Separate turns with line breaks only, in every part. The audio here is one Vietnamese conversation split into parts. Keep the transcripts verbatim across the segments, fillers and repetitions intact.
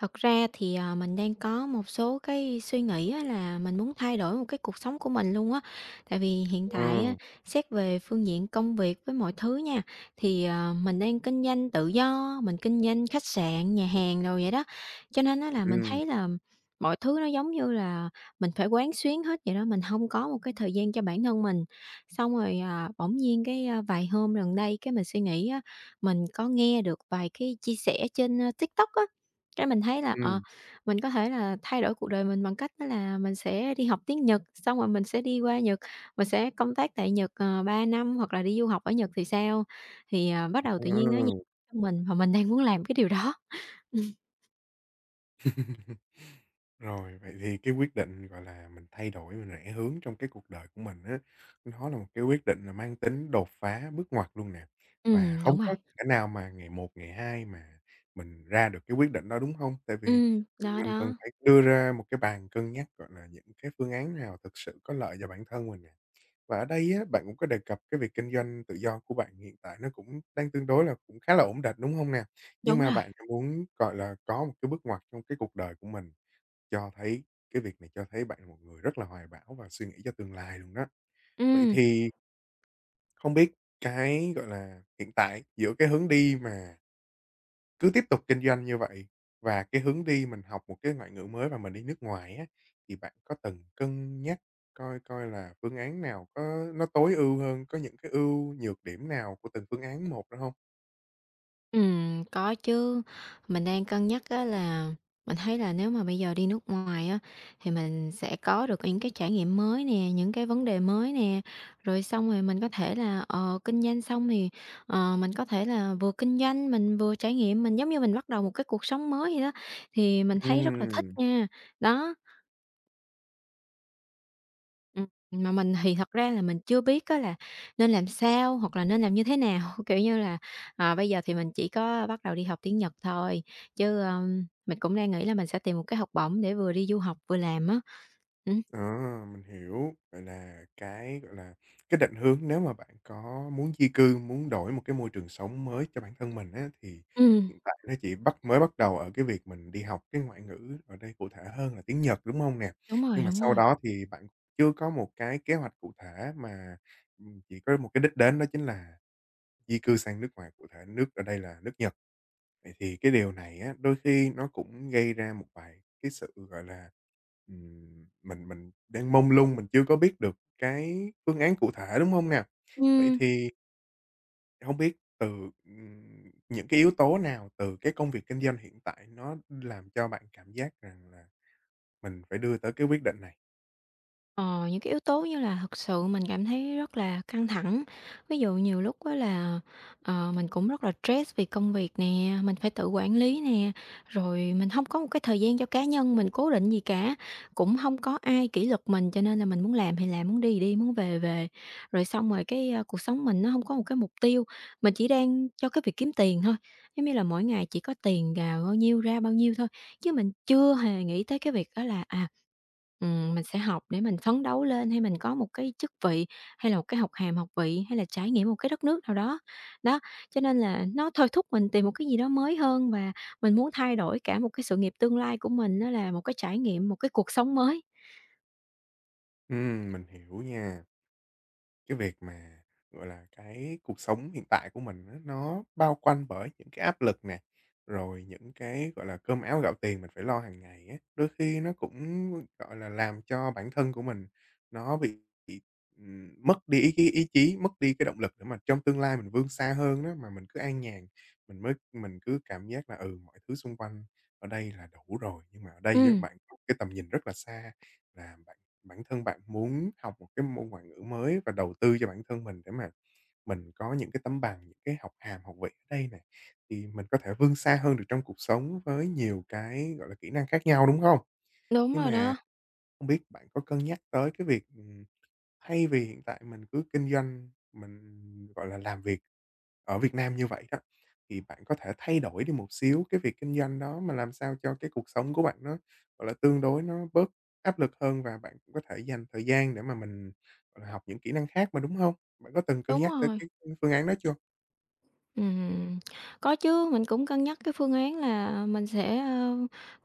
Thật ra thì, à, mình đang có một số cái suy nghĩ á là mình muốn thay đổi một cái cuộc sống của mình luôn á. Tại vì hiện
Ờ,
tại á, xét về phương diện công việc với mọi thứ nha, thì, ờ, mình đang kinh doanh tự do, mình kinh doanh khách sạn, nhà hàng rồi vậy đó. Cho nên á là mình
ừm,
thấy là mọi thứ nó giống như là mình phải quán xuyến hết vậy đó, mình không có một cái thời gian cho bản thân mình. Xong rồi, à, bỗng nhiên cái, a, vài hôm gần đây cái mình suy nghĩ á, mình có nghe được vài cái chia sẻ trên, a, TikTok á, cái mình thấy là, ờ,
ừm,
mình có thể là thay đổi cuộc đời mình bằng cách đó là mình sẽ đi học tiếng Nhật, xong rồi mình sẽ đi qua Nhật, mình sẽ công tác tại Nhật, ờ, ba năm hoặc là đi du học ở Nhật thì sao? Thì, ờ, bắt đầu
ờ.
tự nhiên nó nhẹ trong mình và mình đang muốn làm cái điều đó. Ừm,
Rồi, vậy thì cái quyết định, gọi là, mình thay đổi, mình rẽ hướng trong cái cuộc đời của mình á, nó là một cái quyết định là mang tính đột phá, bước ngoặt luôn nè. Và
ừm,
không
đúng rồi.
có thể nào mà ngày một, ngày hai mà mình ra được cái quyết định đó, đúng không? Tại vì
Ừm, đó,
mình cần
đó,
phải đưa ra một cái bàn cân nhắc, gọi là, những cái phương án nào thực sự có lợi cho bản thân mình nè. Và ở đây á, bạn cũng có đề cập cái việc kinh doanh tự do của bạn hiện tại nó cũng đang tương đối là cũng khá là ổn định, đúng không nè? Nhưng
đúng
mà
rồi.
bạn muốn, gọi là, có một cái bước ngoặt trong cái cuộc đời của mình, cho thấy cái việc này cho thấy bạn là một người rất là hoài bão và suy nghĩ cho tương lai luôn đó. Vậy
Ừm.
thì không biết cái, gọi là, hiện tại giữa cái hướng đi mà cứ tiếp tục kinh doanh như vậy và cái hướng đi mình học một cái ngoại ngữ mới và mình đi nước ngoài á, thì bạn có từng cân nhắc coi coi là phương án nào có nó tối ưu hơn, có những cái ưu nhược điểm nào của từng phương án một đó không?
Ừm, có chứ. Mình đang cân nhắc á là mình thấy là nếu mà bây giờ đi nước ngoài á, thì mình sẽ có được những cái trải nghiệm mới nè, những cái vấn đề mới nè. Rồi xong rồi mình có thể là, ờ, kinh doanh xong thì, ờ, mình có thể là vừa kinh doanh, mình vừa trải nghiệm, mình giống như mình bắt đầu một cái cuộc sống mới vậy đó, thì mình thấy rất là thích
Ừm.
nha. Đó, Ừm, mà mình thì thật ra là mình chưa biết á là nên làm sao hoặc là nên làm như thế nào. Kiểu như là, ờ, bây giờ thì mình chỉ có bắt đầu đi học tiếng Nhật thôi, chứ, ờm, mình cũng đang nghĩ là mình sẽ tìm một cái học bổng để vừa đi du học vừa làm á. Ừm.
Ờ, mình hiểu. Vậy là cái, gọi là, cái định hướng nếu mà bạn có muốn di cư, muốn đổi một cái môi trường sống mới cho bản thân mình á, thì
Ừm.
hiện tại nó chỉ bắt mới bắt đầu ở cái việc mình đi học cái ngoại ngữ, ở đây cụ thể hơn là tiếng Nhật, đúng không nè?
Đúng rồi,
Nhưng mà
đúng
sau
rồi.
đó thì bạn chưa có một cái kế hoạch cụ thể mà, ừm, chỉ có một cái đích đến đó chính là di cư sang nước ngoài, cụ thể nước ở đây là nước Nhật. Vậy thì cái điều này á, đôi khi nó cũng gây ra một vài cái sự, gọi là, ừm, mình mình đang mông lung, mình chưa có biết được cái phương án cụ thể, đúng không nào? Vậy
Ừm.
thì không biết từ, ừm, những cái yếu tố nào từ cái công việc kinh doanh hiện tại nó làm cho bạn cảm giác rằng là mình phải đưa tới cái quyết định này?
Ờ, những cái yếu tố như là thực sự mình cảm thấy rất là căng thẳng. Ví dụ nhiều lúc á là, ờ, mình cũng rất là stress vì công việc nè, mình phải tự quản lý nè, rồi mình không có một cái thời gian cho cá nhân mình cố định gì cả, cũng không có ai kỷ luật mình, cho nên là mình muốn làm thì làm, muốn đi thì đi, muốn về thì về. Rồi xong rồi cái, a, cuộc sống mình nó không có một cái mục tiêu, mình chỉ đang cho cái việc kiếm tiền thôi, giống như là mỗi ngày chỉ có tiền vào bao nhiêu ra bao nhiêu thôi, chứ mình chưa hề nghĩ tới cái việc đó là, à Ừm, mình sẽ học để mình phấn đấu lên, hay mình có một cái chức vị, hay là một cái học hàm, học vị, hay là trải nghiệm một cái đất nước nào đó. Đó, cho nên là nó thôi thúc mình tìm một cái gì đó mới hơn và mình muốn thay đổi cả một cái sự nghiệp tương lai của mình, nó là một cái trải nghiệm, một cái cuộc sống mới.
Ừm, mình hiểu nha. Cái việc mà, gọi là, cái cuộc sống hiện tại của mình á, nó bao quanh bởi những cái áp lực nè, rồi những cái, gọi là, cơm áo gạo tiền mình phải lo hàng ngày á, đôi khi nó cũng, gọi là, làm cho bản thân của mình nó bị bị, ừm, mất đi cái ý chí, mất đi cái động lực để mà trong tương lai mình vươn xa hơn đó, mà mình cứ an nhàn, mình mới mình cứ cảm giác là, ừ, mọi thứ xung quanh ở đây là đủ rồi. Nhưng mà ở đây á,
Ừm,
bạn có cái tầm nhìn rất là xa, là bạn Bản thân bạn muốn học một cái môn ngoại ngữ mới và đầu tư cho bản thân mình để mà mình có những cái tấm bằng, những cái học hàm, học vị ở đây này thì mình có thể vươn xa hơn được trong cuộc sống với nhiều cái, gọi là, kỹ năng khác nhau, đúng không?
đúng
Nhưng
rồi
mà
đó,
không biết bạn có cân nhắc tới cái việc, ừm, thay vì hiện tại mình cứ kinh doanh, mình, gọi là, làm việc ở Việt Nam như vậy đó, thì bạn có thể thay đổi đi một xíu cái việc kinh doanh đó mà làm sao cho cái cuộc sống của bạn nó, gọi là, tương đối nó bớt áp lực hơn và bạn cũng có thể dành thời gian để mà mình, gọi là, học những kỹ năng khác mà, đúng không? Bạn có từng cân
đúng
nhắc tới
rồi.
cái phương án đó chưa?
Ừm, có chứ, mình cũng cân nhắc cái phương án là mình sẽ, ơ,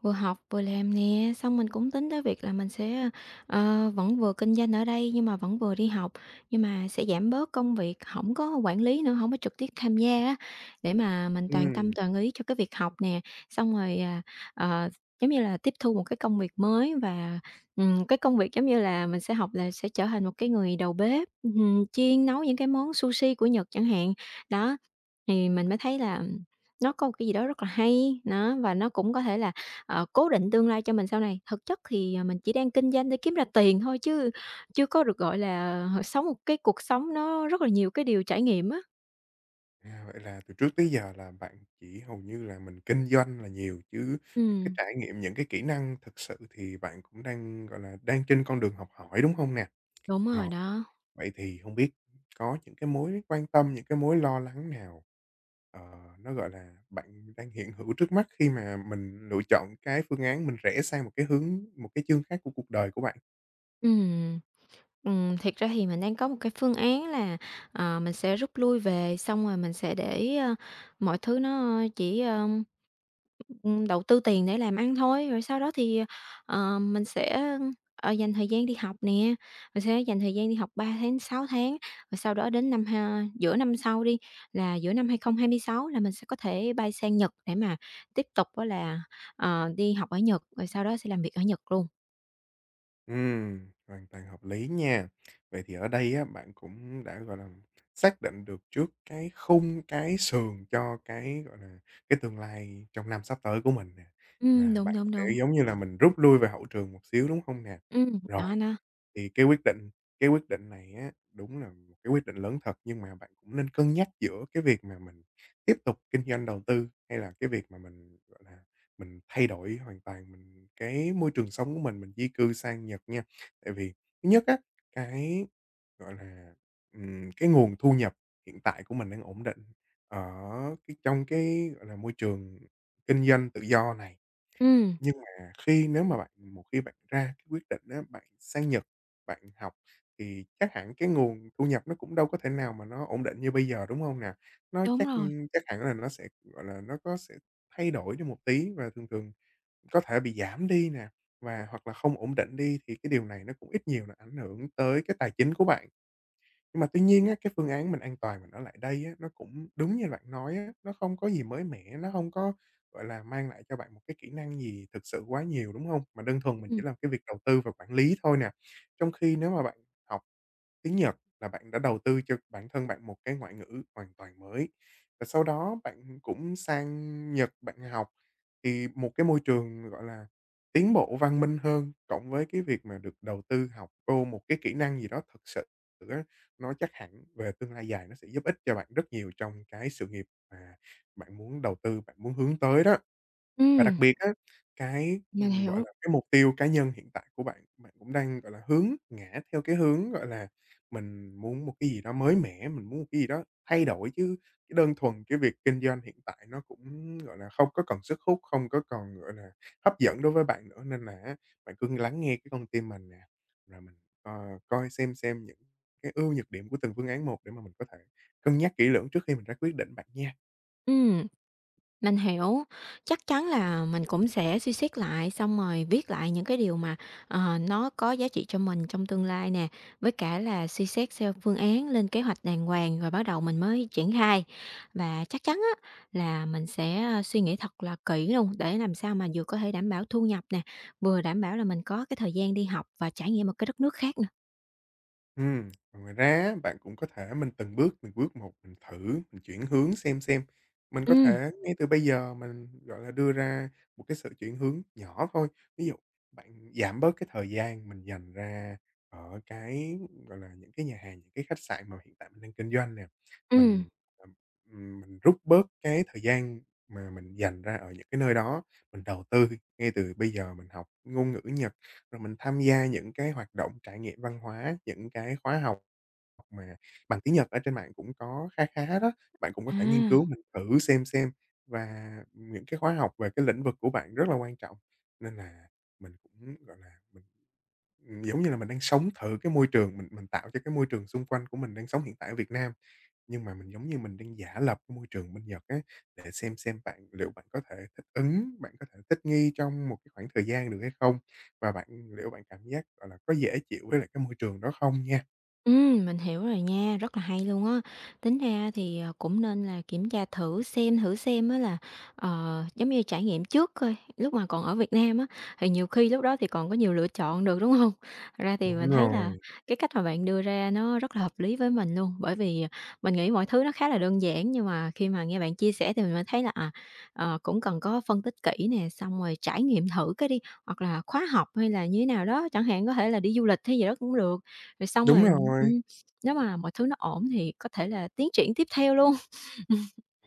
vừa học vừa làm nè, xong mình cũng tính tới việc là mình sẽ, ờ, vẫn vừa kinh doanh ở đây nhưng mà vẫn vừa đi học, nhưng mà sẽ giảm bớt công việc không có quản lý nữa, không có trực tiếp tham gia á, để mà mình toàn tâm
Ừm,
toàn ý cho cái việc học nè. Xong rồi, à, ờ, giống như là, tiếp thu một cái công việc mới và, ừm, cái công việc giống như là mình sẽ học là sẽ trở thành một cái người đầu bếp, ừm, chiên nấu những cái món sushi của Nhật chẳng hạn. Đó, thì mình mới thấy là nó có một cái gì đó rất là hay, nó, và nó cũng có thể là, ờ, cố định tương lai cho mình sau này. Thực chất thì, à, mình chỉ đang kinh doanh để kiếm ra tiền thôi chứ chưa có được, gọi là, sống một cái cuộc sống nó rất là nhiều cái điều trải nghiệm á.
à, vậy là từ trước tới giờ là bạn chỉ hầu như là mình kinh doanh là nhiều chứ những cái
Ừm,
trải nghiệm, những cái kỹ năng thực sự thì bạn cũng đang, gọi là, đang trên con đường học hỏi, đúng không nè?
đúng rồi
Rồi,
đó.
vậy thì không biết có những cái mối quan tâm, những cái mối lo lắng nào, ờ, nó, gọi là, bạn đang hiện hữu trước mắt khi mà mình lựa chọn cái phương án mình rẽ sang một cái hướng một cái chương khác của cuộc đời của bạn?
Ừm. Ừm, thiệt ra thì mình đang có một cái phương án là, ờ, mình sẽ rút lui về, xong rồi mình sẽ để, ơ, mọi thứ nó chỉ, Ừm, đầu tư tiền để làm ăn thôi, rồi sau đó thì, ờ, mình sẽ, ờ, dành thời gian đi học nè, mình sẽ dành thời gian đi học ba tháng, sáu tháng, rồi sau đó đến năm ha giữa năm sau đi, là giữa năm hai không hai sáu là mình sẽ có thể bay sang Nhật để mà tiếp tục á là, ờ, đi học ở Nhật, rồi sau đó sẽ làm việc ở Nhật luôn.
Ừm, hoàn toàn hợp lý nha. Vậy thì ở đây á, bạn cũng đã, gọi là, xác định được trước cái khung, cái sườn cho cái, gọi là, cái tương lai trong năm sắp tới của mình nè,
Ừm,
mà
đúng,
bạn
đúng,
sẽ,
đúng.
giống như là, mình rút lui về hậu trường một xíu, đúng không nè?
Ừm, đó
Rồi.
nó.
Thì cái quyết định cái quyết định này á, đúng là một cái quyết định lớn thật, nhưng mà bạn cũng nên cân nhắc giữa cái việc mà mình tiếp tục kinh doanh đầu tư hay là cái việc mà mình, gọi là, mình thay đổi hoàn toàn mình cái môi trường sống của mình, mình di cư sang Nhật nha. Tại vì thứ nhất á, cái, gọi là, ừm, cái nguồn thu nhập hiện tại của mình đang ổn định ở cái trong cái, gọi là, môi trường kinh doanh tự do này.
Ừm,
Nhưng mà khi nếu mà bạn một khi bạn ra cái quyết định á, bạn sang Nhật, bạn học thì chắc hẳn cái nguồn thu nhập nó cũng đâu có thể nào mà nó ổn định như bây giờ, đúng hông nè? Nó
đúng
chắc,
rồi.
chắc hẳn là nó sẽ, gọi là, nó có sẽ thay đổi đi một tí và thường thường có thể bị giảm đi nè, và hoặc là không ổn định đi thì cái điều này nó cũng ít nhiều là ảnh hưởng tới cái tài chính của bạn. Nhưng mà tuy nhiên á, cái phương án mình an toàn mình ở lại đây á, nó cũng đúng như bạn nói á, nó không có gì mới mẻ, nó không có, gọi là, mang lại cho bạn một cái kỹ năng gì thực sự quá nhiều, đúng không? Mà đơn thuần mình chỉ
Ừm,
làm cái việc đầu tư và quản lý thôi nè. Trong khi nếu mà bạn học tiếng Nhật là bạn đã đầu tư cho bản thân bạn một cái ngoại ngữ hoàn toàn mới. Và sau đó bạn cũng sang Nhật bạn học, thì một cái môi trường, gọi là, tiến bộ văn minh hơn, cộng với cái việc mà được đầu tư học vô một cái kỹ năng gì đó thực sự á, nó chắc hẳn về tương lai dài nó sẽ giúp ích cho bạn rất nhiều trong cái sự nghiệp mà bạn muốn đầu tư, bạn muốn hướng tới đó. Và đặc
ừm,
biệt á, cái,
mình
ừm, gọi
hiểu.
là, cái mục tiêu cá nhân hiện tại của bạn, bạn cũng đang, gọi là, hướng ngã theo cái hướng, gọi là, mình muốn một cái gì đó mới mẻ, mình muốn một cái gì đó thay đổi chứ cái đơn thuần cái việc kinh doanh hiện tại nó cũng, gọi là, không có còn sức hút, không có còn, gọi là, hấp dẫn đối với bạn nữa. Nên là á, bạn cứ lắng nghe cái con tim mình nè, rồi mình, ờ, coi xem xem những cái ưu nhược điểm của từng phương án một để mà mình có thể cân nhắc kỹ lưỡng trước khi mình ra quyết định bạn nha.
Ừm. Mình hiểu, chắc chắn là mình cũng sẽ suy xét lại, xong rồi viết lại những cái điều mà, ờ, nó có giá trị cho mình trong tương lai nè, với cả là suy xét theo phương án, lên kế hoạch đàng hoàng rồi bắt đầu mình mới triển khai. Và chắc chắn á là mình sẽ, a, suy nghĩ thật là kỹ luôn, để làm sao mà vừa có thể đảm bảo thu nhập nè, vừa đảm bảo là mình có cái thời gian đi học và trải nghiệm một cái đất nước khác nè.
Ừm, còn ngoài ra á, bạn cũng có thể mình từng bước, từng bước một mình thử, mình chuyển hướng xem xem. Mình có
Ừm,
thể ngay từ bây giờ mình, gọi là, đưa ra một cái sự chuyển hướng nhỏ thôi. Ví dụ bạn giảm bớt cái thời gian mình dành ra ở cái, gọi là, những cái nhà hàng, những cái khách sạn mà hiện tại mình đang kinh doanh nè.
ừm,
Mình, ừm, mình rút bớt cái thời gian mà mình dành ra ở những cái nơi đó, mình đầu tư ngay từ bây giờ mình học ngôn ngữ Nhật rồi mình tham gia những cái hoạt động trải nghiệm văn hóa, những cái khóa học mà bằng tiếng Nhật ở trên mạng cũng có khá khá đó, bạn cũng có
à.
thể nghiên cứu mình thử xem xem. Và những cái khóa học về cái lĩnh vực của bạn rất là quan trọng, nên là mình cũng, gọi là, mình, giống như là mình đang sống thử cái môi trường, mình mình tạo cho cái môi trường xung quanh của mình đang sống hiện tại ở Việt Nam. Nhưng mà mình giống như mình đang giả lập cái môi trường bên Nhật á, để xem xem bạn liệu bạn có thể thích ứng, bạn có thể thích nghi trong một cái khoảng thời gian được hay không? Và bạn liệu bạn cảm giác, gọi là, có dễ chịu với lại cái môi trường đó không nha?
Ừm, mình hiểu rồi nha, rất là hay luôn á. Tính ra thì, ờ, cũng nên là kiểm tra thử xem thử xem á là, ờ, giống như trải nghiệm trước coi, lúc mà còn ở Việt Nam á, thì nhiều khi lúc đó thì còn có nhiều lựa chọn được, đúng không? Thật ra thì
Đúng
mình thấy là
rồi,
cái cách mà bạn đưa ra nó rất là hợp lý với mình luôn, bởi vì, à, mình nghĩ mọi thứ nó khá là đơn giản nhưng mà khi mà nghe bạn chia sẻ thì mình mới thấy là, à, ờ, cũng cần có phân tích kỹ nè, xong rồi trải nghiệm thử cái đi, hoặc là khóa học hay là như thế nào đó, chẳng hạn có thể là đi du lịch hay gì đó cũng được. Rồi xong
đúng
rồi
rồi.
ừm, nếu mà mọi thứ nó ổn thì có thể là tiến triển tiếp theo luôn.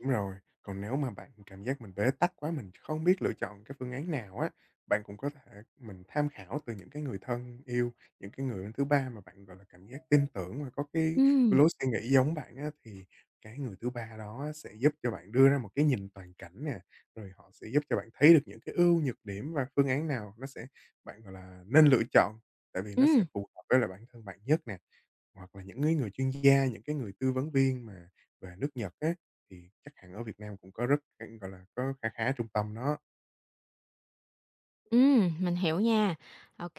Đúng rồi, còn nếu mà bạn cảm giác mình bế tắc quá, mình không biết lựa chọn cái phương án nào á, bạn cũng có thể mình tham khảo từ những cái người thân yêu, những cái người thứ ba mà bạn, gọi là, cảm giác tin tưởng và có cái cái
Ừm,
lối suy nghĩ giống bạn á, thì cái người thứ ba đó sẽ giúp cho bạn đưa ra một cái nhìn toàn cảnh nè, rồi họ sẽ giúp cho bạn thấy được những cái ưu nhược điểm và phương án nào nó sẽ bạn, gọi là, nên lựa chọn, tại vì nó sẽ
ừm.
phù hợp với lại bản thân bạn nhất nè. Hoặc là những cái người chuyên gia, những cái người tư vấn viên mà về nước Nhật á, thì chắc hẳn ở Việt Nam cũng có rất gọi là, có khá khá trung tâm đó.
Ừm, mình hiểu nha. OK,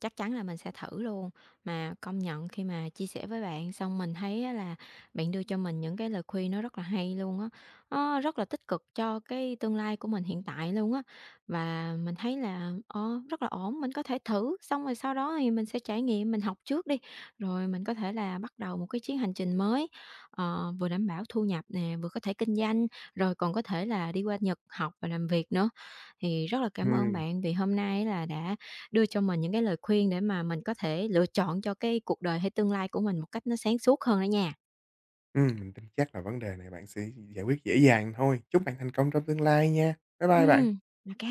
chắc chắn là mình sẽ thử luôn. Mà công nhận khi mà chia sẻ với bạn xong mình thấy á là bạn đưa cho mình những cái lời khuyên nó rất là hay luôn á, nó rất là tích cực cho cái tương lai của mình hiện tại luôn á. Và mình thấy là, ờ, rất là ổn, mình có thể thử, xong rồi sau đó thì mình sẽ trải nghiệm, mình học trước đi, rồi mình có thể là bắt đầu một cái chuyến hành trình mới, ờ, vừa đảm bảo thu nhập nè, vừa có thể kinh doanh, rồi còn có thể là đi qua Nhật học và làm việc nữa. Thì rất là cảm ơn
Ừm,
bạn vì hôm nay á là đã đưa cho mình những cái lời khuyên để mà mình có thể lựa chọn cho cái cuộc đời hay tương lai của mình một cách nó sáng suốt hơn đó nha.
ừm, mình tin chắc là vấn đề này bạn sẽ giải quyết dễ dàng thôi. Chúc bạn thành công trong tương lai nha. Bye
Ừ.
bye bạn.
OK.